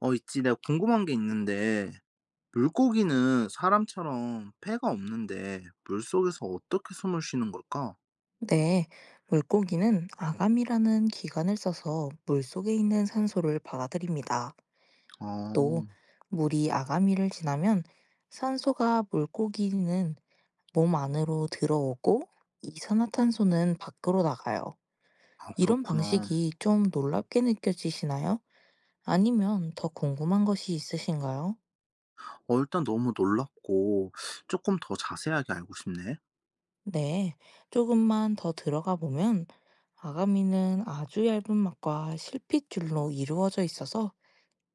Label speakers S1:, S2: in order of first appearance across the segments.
S1: 어 있지. 내가 궁금한 게 있는데 물고기는 사람처럼 폐가 없는데 물속에서 어떻게 숨을 쉬는 걸까?
S2: 네, 물고기는 아감이라는 기관을 써서 물 속에 있는 산소를 받아들입니다. 또,
S1: 어.
S2: 물이 아가미를 지나면 산소가 물고기는 몸 안으로 들어오고 이산화탄소는 밖으로 나가요.
S1: 아
S2: 이런
S1: 그렇구나.
S2: 방식이 좀 놀랍게 느껴지시나요? 아니면 더 궁금한 것이 있으신가요?
S1: 어 일단 너무 놀랍고 조금 더 자세하게 알고 싶네.
S2: 네, 조금만 더 들어가 보면 아가미는 아주 얇은 막과 실핏줄로 이루어져 있어서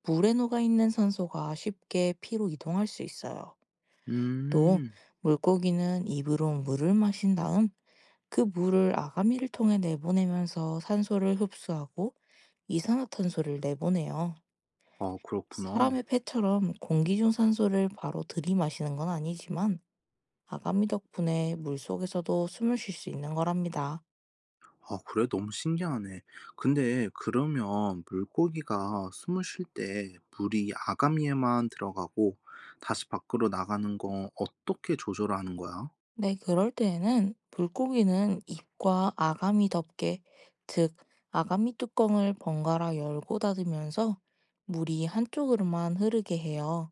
S2: 물에 녹아 있는 산소가 쉽게 피로 이동할 수 있어요. 또
S1: 음.
S2: 물고기는 입으로 물을 마신 다음 그 물을 아가미를 통해 내보내면서 산소를 흡수하고 이산화탄소를 내보내요.
S1: 아 그렇구나.
S2: 사람의 폐처럼 공기 중 산소를 바로 들이마시는 건 아니지만 아가미 덕분에 물속에서도 숨을 쉴 수 있는 거랍니다.
S1: 아 그래? 너무 신기하네. 근데 그러면 물고기가 숨을 쉴때 물이 아가미에만 들어가고 다시 밖으로 나가는 건 어떻게 조절하는 거야?
S2: 네, 그럴 때에는 물고기는 입과 아가미 덮개, 즉, 아가미 뚜껑을 번갈아 열고 닫으면서 물이 한쪽으로만 흐르게 해요.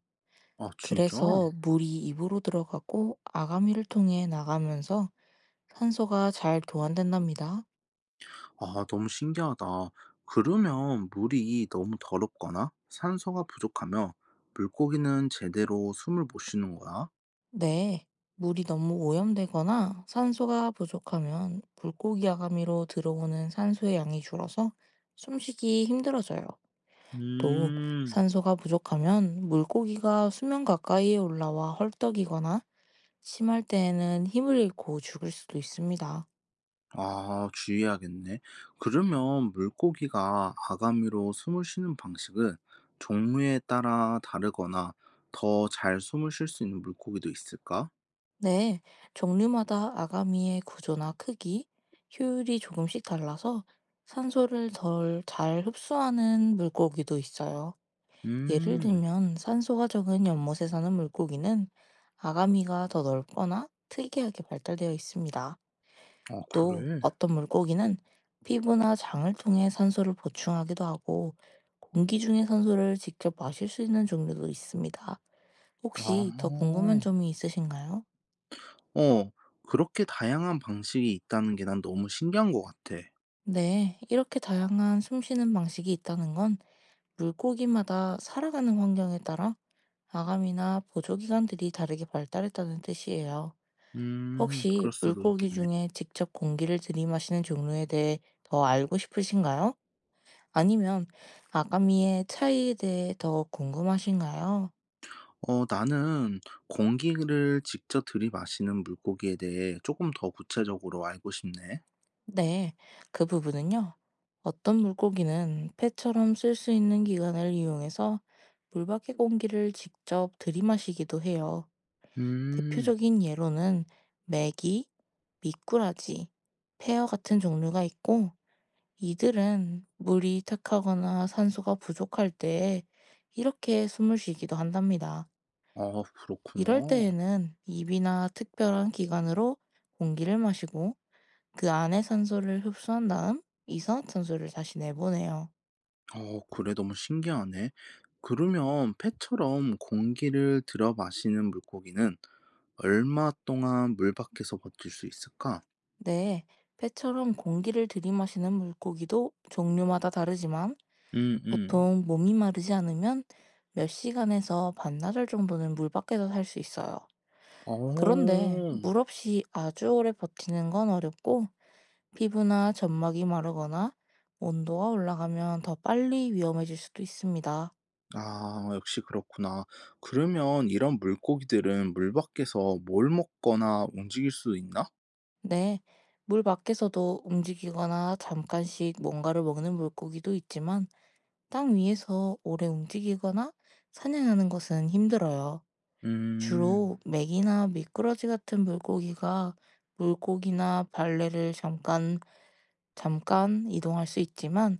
S1: 아 진짜?
S2: 그래서 물이 입으로 들어가고 아가미를 통해 나가면서 산소가 잘 교환된답니다.
S1: 아, 너무 신기하다. 그러면 물이 너무 더럽거나 산소가 부족하면 물고기는 제대로 숨을 못 쉬는 거야?
S2: 네, 물이 너무 오염되거나 산소가 부족하면 물고기 아가미로 들어오는 산소의 양이 줄어서 숨쉬기 힘들어져요. 또
S1: 음,
S2: 산소가 부족하면 물고기가 수면 가까이에 올라와 헐떡이거나 심할 때에는 힘을 잃고 죽을 수도 있습니다.
S1: 아, 주의해야겠네. 그러면 물고기가 아가미로 숨을 쉬는 방식은 종류에 따라 다르거나 더 잘 숨을 쉴 수 있는 물고기도 있을까?
S2: 네, 종류마다 아가미의 구조나 크기, 효율이 조금씩 달라서 산소를 덜 잘 흡수하는 물고기도 있어요. 예를
S1: 음,
S2: 들면 산소가 적은 연못에 사는 물고기는 아가미가 더 넓거나 특이하게 발달되어 있습니다.
S1: 아,
S2: 또
S1: 그래?
S2: 어떤 물고기는 피부나 장을 통해 산소를 보충하기도 하고 공기 중에 산소를 직접 마실 수 있는 종류도 있습니다.
S1: 아,
S2: 혹시 더 궁금한 점이 있으신가요?
S1: 어, 그렇게 다양한 방식이 있다는 게 난 너무 신기한 것 같아.
S2: 네, 이렇게 다양한 숨쉬는 방식이 있다는 건 물고기마다 살아가는 환경에 따라 아가미나 보조기관들이 다르게 발달했다는 뜻이에요.
S1: 음.
S2: 혹시
S1: 그럴 수도
S2: 물고기
S1: 있겠네.
S2: 중에 직접 공기를 들이마시는 종류에 대해 더 알고 싶으신가요? 아니면 아가미의 차이에 대해 더 궁금하신가요?
S1: 어 나는 공기를 직접 들이마시는 물고기에 대해 조금 더 구체적으로 알고 싶네.
S2: 네, 그 부분은요. 어떤 물고기는 폐처럼 쓸 수 있는 기관을 이용해서 물 밖의 공기를 직접 들이마시기도 해요.
S1: 음.
S2: 대표적인 예로는 메기, 미꾸라지, 폐어 같은 종류가 있고, 이들은 물이 탁하거나 산소가 부족할 때 이렇게 숨을 쉬기도 한답니다.
S1: 아 그렇구나.
S2: 이럴 때에는 입이나 특별한 기관으로 공기를 마시고 그 안에 산소를 흡수한 다음 이산화탄소를 다시 내보내요.
S1: 어 그래 너무 신기하네. 그러면 폐처럼 공기를 들여 마시는 물고기는 얼마 동안 물 밖에서 버틸 수 있을까?
S2: 네, 폐처럼 공기를 들이마시는 물고기도 종류마다 다르지만
S1: 음음.
S2: 보통 몸이 마르지 않으면 몇 시간에서 반나절 정도는 물 밖에서 살 수 있어요. 그런데
S1: 어.
S2: 물 없이 아주 오래 버티는 건 어렵고 피부나 점막이 마르거나 온도가 올라가면 더 빨리 위험해질 수도 있습니다.
S1: 아 역시 그렇구나. 그러면 이런 물고기들은 물 밖에서 뭘 먹거나 움직일 수 있나?
S2: 네, 물 밖에서도 움직이거나 잠깐씩 뭔가를 먹는 물고기도 있지만 땅 위에서 오래 움직이거나 사냥하는 것은 힘들어요.
S1: 음,
S2: 주로 맥이나 미꾸라지 같은 물고기가 물고기나 발레를 잠깐 이동할 수 있지만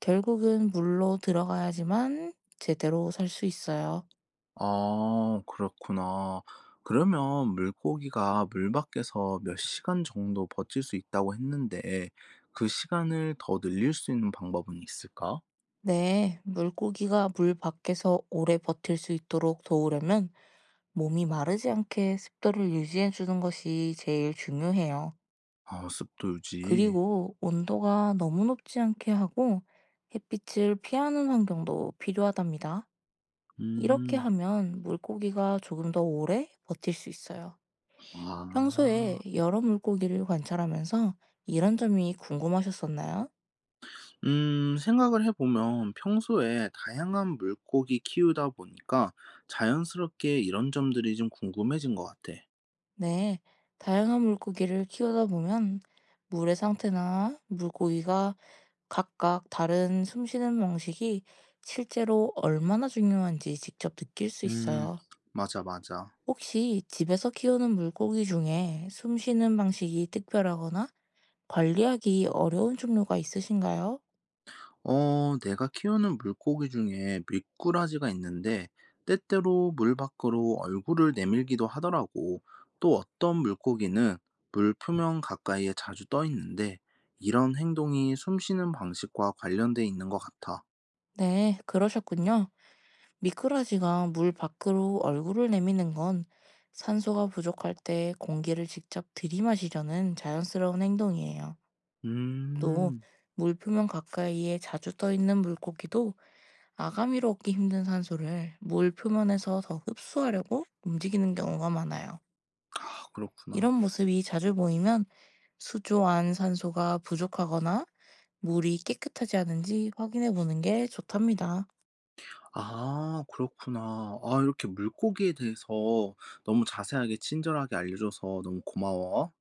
S2: 결국은 물로 들어가야지만 제대로 살 수 있어요.
S1: 아, 그렇구나. 그러면 물고기가 물 밖에서 몇 시간 정도 버틸 수 있다고 했는데, 그 시간을 더 늘릴 수 있는 방법은 있을까?
S2: 네, 물고기가 물 밖에서 오래 버틸 수 있도록 도우려면 몸이 마르지 않게 습도를 유지해 주는 것이 제일 중요해요.
S1: 아, 습도 유지.
S2: 그리고 온도가 너무 높지 않게 하고 햇빛을 피하는 환경도 필요하답니다. 이렇게
S1: 음,
S2: 하면 물고기가 조금 더 오래 버틸 수 있어요. 평소에
S1: 아.
S2: 여러 물고기를 관찰하면서 이런 점이 궁금하셨었나요?
S1: 생각을 해보면 평소에 다양한 물고기 키우다 보니까 자연스럽게 이런 점들이 좀 궁금해진 것 같아.
S2: 네, 다양한 물고기를 키우다 보면 물의 상태나 물고기가 각각 다른 숨쉬는 방식이 실제로 얼마나 중요한지 직접 느낄 수
S1: 음,
S2: 있어요.
S1: 맞아, 맞아.
S2: 혹시 집에서 키우는 물고기 중에 숨쉬는 방식이 특별하거나 관리하기 어려운 종류가 있으신가요?
S1: 어, 내가 키우는 물고기 중에 미꾸라지가 있는데 때때로 물 밖으로 얼굴을 내밀기도 하더라고. 또 어떤 물고기는 물 표면 가까이에 자주 떠 있는데 이런 행동이 숨 쉬는 방식과 관련돼 있는 것 같아.
S2: 네, 그러셨군요. 미꾸라지가 물 밖으로 얼굴을 내미는 건 산소가 부족할 때 공기를 직접 들이마시려는 자연스러운 행동이에요. 또,
S1: 음,
S2: 물표면 가까이에 자주 떠 있는 물고기도 아가미로 얻기 힘든 산소를 물 표면에서 더 흡수하려고 움직이는 경우가 많아요.
S1: 아, 그렇구나.
S2: 이런 모습이 자주 보이면 수조 안 산소가 부족하거나 물이 깨끗하지 않은지 확인해 보는 게 좋답니다.
S1: 아 그렇구나. 아 이렇게 물고기에 대해서 너무 자세하게 친절하게 알려줘서 너무 고마워.